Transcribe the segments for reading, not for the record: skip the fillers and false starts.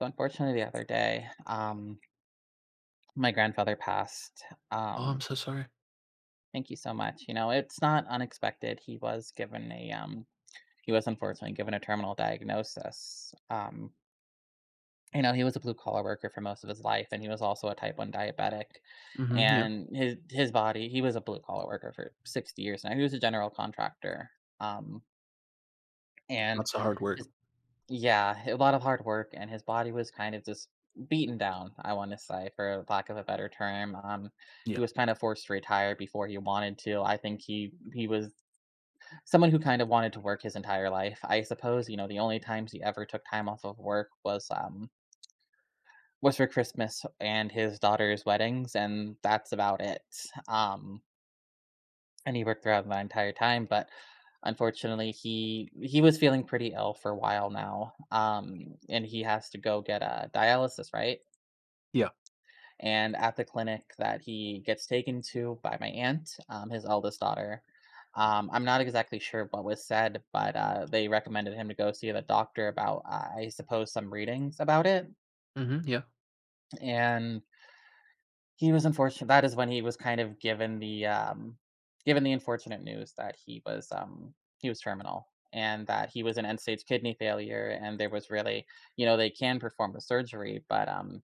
So unfortunately, the other day, my grandfather passed. Oh, I'm Um, so sorry. Thank you so much. You know, it's not unexpected. He was given a he was unfortunately given a terminal diagnosis. You know, he was a blue collar worker for most of his life, and he was also a type one diabetic. Mhm, yeah. And his body, he was a blue collar worker for 60 years now. He was a general contractor. Um, and That's a hard word. Yeah, a lot of hard work, and his body was kind of just beaten down, I want to say, for lack of a better term. He Yeah. was kind of forced to retire before he wanted to. I think he was someone who kind of wanted to work his entire life. I suppose you know the only times he ever took time off of work was for Christmas and his daughter's weddings, and that's about it. Um, and he worked throughout my entire time, but unfortunately, he was feeling pretty ill for a while now, and he has to go get a dialysis, right? Yeah. And at the clinic that he gets taken to by my aunt, his eldest daughter, I'm not exactly sure what was said, but they recommended him to go see the doctor about, I suppose, some readings about it, Mhm, yeah. and he was unfortunate that is when he was kind of given given the unfortunate news that he he was terminal and that he was in end-stage kidney failure, and there was really, you know, they can perform the surgery, but,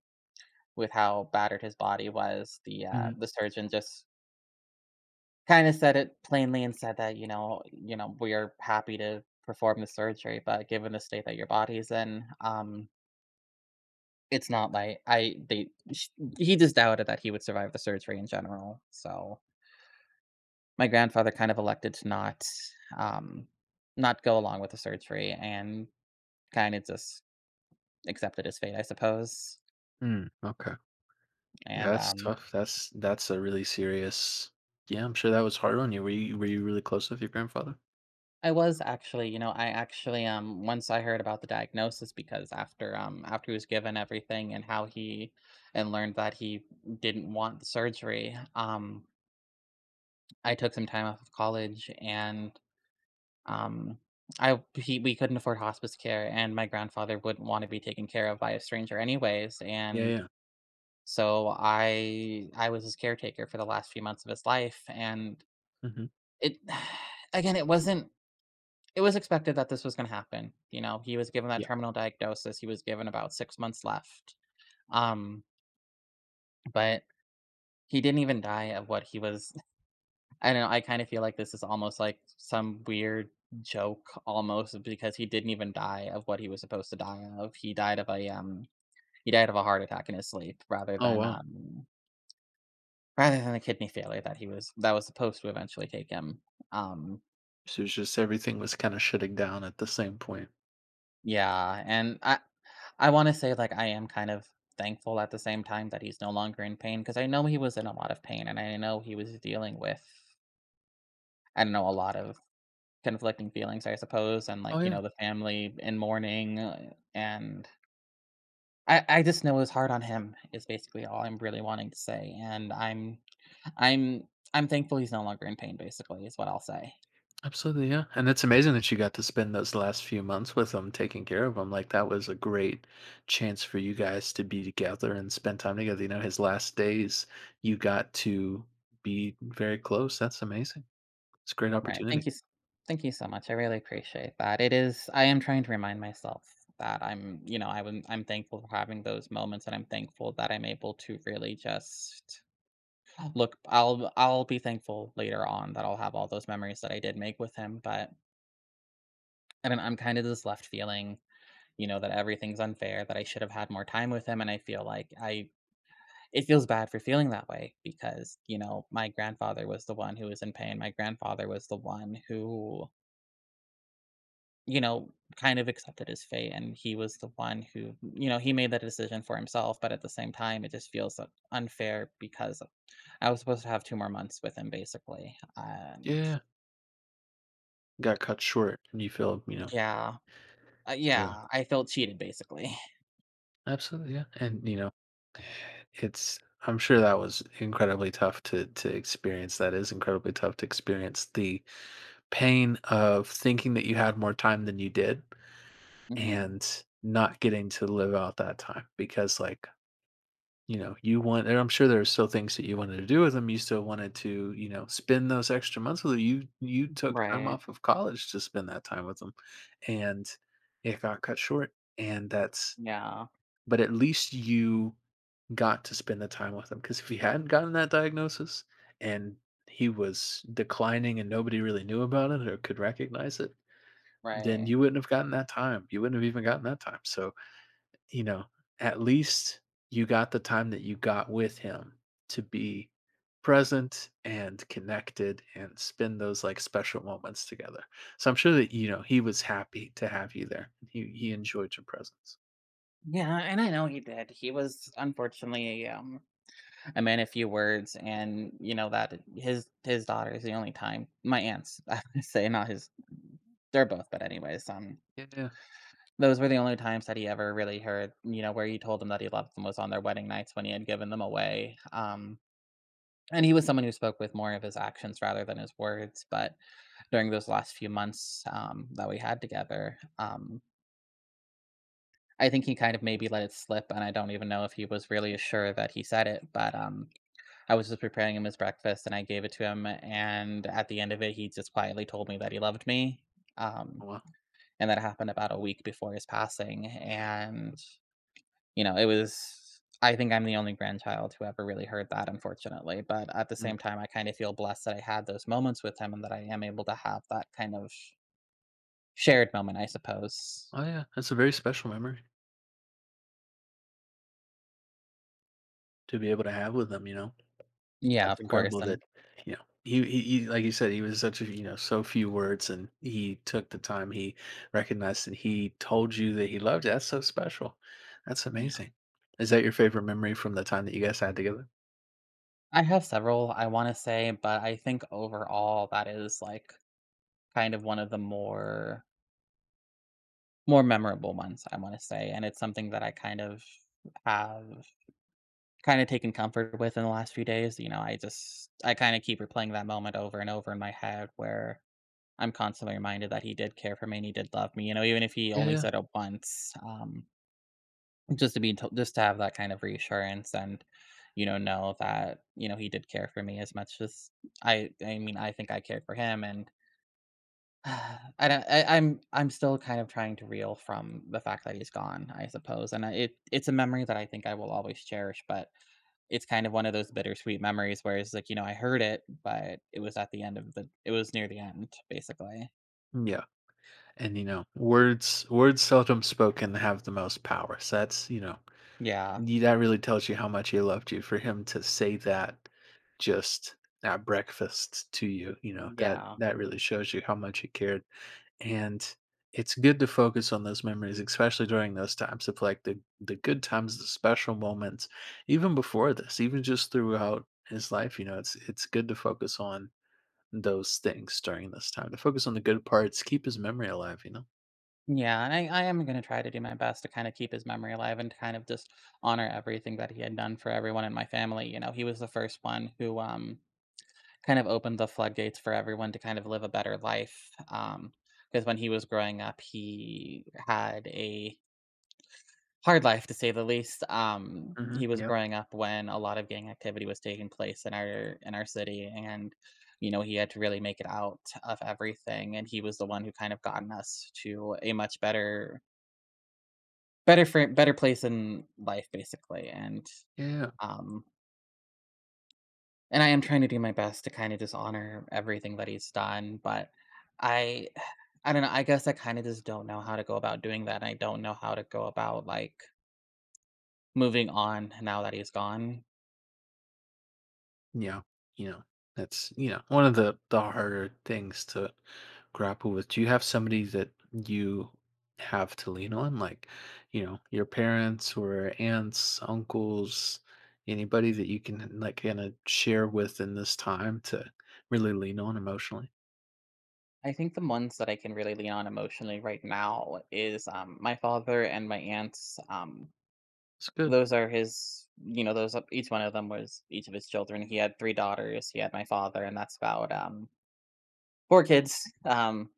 with how battered his body was, Mhm. the surgeon just kinda said it plainly and said that, you know, "We are happy to perform the surgery, but given the state that your body's in, it's not like I" they sh He just doubted that he would survive the surgery in general, so my grandfather kind of elected to not, um, not go along with the surgery and kind of just accepted his fate, I suppose. Mm, okay. Yeah, And that's tough. That's a really serious. Yeah, I'm sure that was hard on you. Were you really close with your grandfather? I was actually, you know, I actually once I heard about the diagnosis because after he was given everything and how he and learned that he didn't want the surgery, I took some time off of college and um we couldn't afford hospice care and my grandfather wouldn't want to be taken care of by a stranger anyways, Yeah, and yeah. so I was his caretaker for the last few months of his life, and Mhm. it again, it wasn't it was expected that this was going to happen. You know, he was given that Yeah. terminal diagnosis. He was given about 6 months left. Um, but he didn't even die of what he was I don't know, I kind of feel like this is almost like some weird joke almost because he didn't even die of what he was supposed to die of. He died of a he died of a heart attack in his sleep rather Oh, than wow. Rather than the kidney failure that he was that was supposed to eventually take him. Um, So it's just everything was kinda shutting down at the same point. yeah, and I wanna say, like, I am kind of thankful at the same time that he's no longer in pain because I know he was in a lot of pain, and I know he was dealing with, I don't know, a lot of conflicting feelings, I suppose, and, Oh, like, you yeah. know, the family in mourning, and I just know it was hard on him, is basically all I'm really wanting to say, and I'm I'm thankful he's no longer in pain, basically, is what I'll say. Absolutely, yeah. And it's amazing that you got to spend those last few months with them, taking care of them. Like that was a great chance for you guys to be together and spend time together. You know, his last days, you got to be very close. That's amazing. It's a great Right. opportunity. Thank you so much. I really appreciate that. It is. I am trying to remind myself that I'm. You know, I'm thankful for having those moments, and I'm thankful that I'm able to really just look. I'll be thankful later on that I'll have all those memories that I did make with him. But I don't. I'm kind of just left feeling, you know, that everything's unfair, that I should have had more time with him, and I feel like I. It feels bad for feeling that way because, you know, my grandfather was the one who was in pain. My grandfather was the one who, you know, kind of accepted his fate, and he was the one who, you know, he made that decision for himself, but at the same time it just feels unfair because I was supposed to have 2 more months with him basically, Yeah. and Yeah, yeah, got cut short and you feel, you know, yeah, yeah. yeah, I felt cheated basically. Absolutely, yeah. And you know, it's, I'm sure that was incredibly tough to experience. That is incredibly tough to experience the pain of thinking that you had more time than you did. Mhm. And not getting to live out that time because, like, you know, you want, and I'm sure there are still things that you wanted to do with them. You still wanted to, you know, spend those extra months with them. You took time Right. off of college to spend that time with them, and it got cut short, and that's, Yeah, but at least you got to spend the time with him, because if he hadn't gotten that diagnosis and he was declining and nobody really knew about it or could recognize it, then right. you wouldn't have gotten that time. You wouldn't have even gotten that time. So, you know, at least you got the time that you got with him to be present and connected and spend those like special moments together. So I'm sure that, you know, he was happy to have you there. He enjoyed your presence. Yeah, and I know he did. He was unfortunately, a man of few words and, you know, that his daughter is the only time my aunts, I would say, not his they're both, but anyways, Yeah. those were the only times that he ever really heard, you know, where he told them that he loved them was on their wedding nights when he had given them away, and he was someone who spoke with more of his actions rather than his words, but during those last few months, that we had together, I think he kind of maybe let it slip, and I don't even know if he was really sure that he said it, but, I was just preparing him his breakfast, and I gave it to him, and at the end of it, he just quietly told me that he loved me, um, Wow. and that happened about a week before his passing, and you know, it was, I think I'm the only grandchild who ever really heard that, unfortunately, but at the Mm. same time, I kinda feel blessed that I had those moments with him and that I am able to have that kind of shared moment, I suppose. Oh yeah. That's a very special memory to be able to have with them, you know. Yeah, That's of course, incredible that, and you know, he like you said, he was such a, you know, so few words, and he took the time, he recognized and he told you that he loved you. That's so special. That's yeah. amazing. Is that your favorite memory from the time that you guys had together? I have several, I wanna say, but I think overall that is, like, kind of one of the more memorable ones, I wanna say, and it's something that I kind of have kinda taken comfort with in the last few days. You know, I just I kinda keep replaying that moment over and over in my head where I'm constantly reminded that he did care for me and he did love me, you know, even if he only Yeah. said it once, just to be to just to have that kind of reassurance and, you know that, you know, he did care for me as much as I mean, I think I cared for him and I don't I, I'm still kind of trying to reel from the fact that he's gone, I suppose. And I, it it's a memory that I think I will always cherish, but it's kind of one of those bittersweet memories where it's like, you know, I heard it, but it was at the end of the it was near the end, basically. Yeah. And you know, words seldom spoken have the most power. So that's, you know, Yeah. That really tells you how much he loved you for him to say that just at breakfast to you, you know, that Yeah. that really shows you how much he cared. And it's good to focus on those memories, especially during those times of like the good times, the special moments, even before this, even just throughout his life. You know, it's good to focus on those things during this time. To focus on the good parts, keep his memory alive. You know. Yeah, and I am going to try to do my best to kind of keep his memory alive and to kind of just honor everything that he had done for everyone in my family. You know, he was the first one who kind of opened the floodgates for everyone to kind of live a better life. Because when he was growing up, he had a hard life to say the least. Hmm. He was Yeah. growing up when a lot of gang activity was taking place in our city, and, you know, he had to really make it out of everything. And he was the one who kind of gotten us to a much better Better for better place in life, basically, and, Yeah. um, I am trying to do my best to kinda just honor everything that he's done, but I I don't know, I guess I kinda just don't know how to go about doing that. I don't know how to go about, like, moving on now that he's gone. Yeah, you know, that's, you know, one of the harder things to grapple with. Do you have somebody that you have to lean on, like, you know, your parents or aunts, uncles, anybody that you can like kind of share with in this time to really lean on emotionally? I think the ones that I can really lean on emotionally right now is, my father and my aunts, It's good. those are his, you know, those each one of them was each of his children. He had 3 daughters, he had my father, and that's about, 4 kids,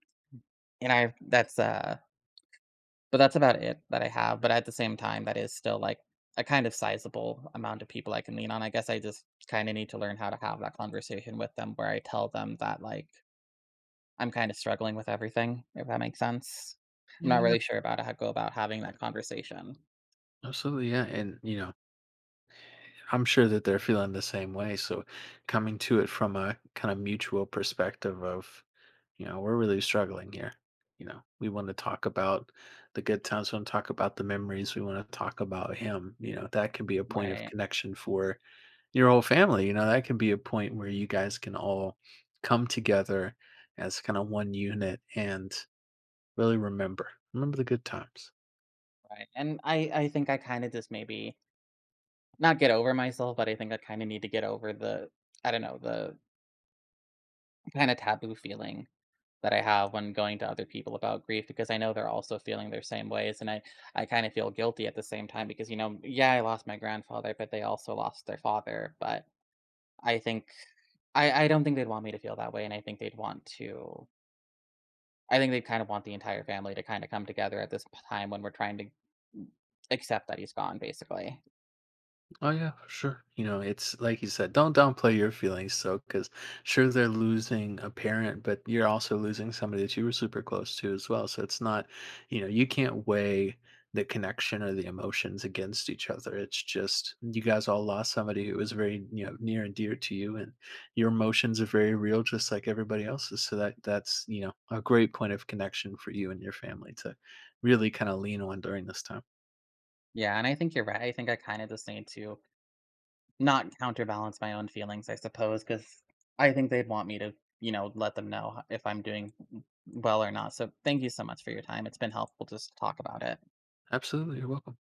and I that's, uh but that's about it that I have, but at the same time, that is still, like, a kind of sizable amount of people I can lean on. I guess I just kinda need to learn how to have that conversation with them where I tell them that, like, I'm kinda struggling with everything, if that makes sense. I'm not Yeah, really sure about how to go about having that conversation. absolutely. Yeah. And, you know, I'm sure that they're feeling the same way. So coming to it from a kind of mutual perspective of, you know, we're really struggling here. You know, we want to talk about the good times. We want to talk about the memories. We want to talk about him. You know, that can be a point of Right, connection for your whole family. You know, that can be a point where you guys can all come together as kind of one unit and really remember the good times. right, and I think I kinda just maybe not get over myself, but I think I kinda need to get over the, I don't know, the kinda taboo feeling that I have when going to other people about grief because I know they're also feeling their same ways, and I kinda feel guilty at the same time because, you know, yeah, I lost my grandfather, but they also lost their father, but I think I don't think they'd want me to feel that way, and I think they'd want to, I think they kind of want the entire family to kinda come together at this p time when we're trying to accept that he's gone, basically. Oh yeah, for sure. You know, it's like you said, don't downplay your feelings. So, because sure they're losing a parent, but you're also losing somebody that you were super close to as well. So it's not, you know, you can't weigh the connection or the emotions against each other. It's just you guys all lost somebody who was very, you know, near and dear to you, and your emotions are very real, just like everybody else's. So that's you know a great point of connection for you and your family to really kind of lean on during this time. Yeah, and I think you're right, I think I kinda just need to not counterbalance my own feelings, I suppose, because I think they'd want me to, you know, let them know h if I'm doing well or not, so thank you so much for your time, it's been helpful just to talk about it. Absolutely, you're welcome.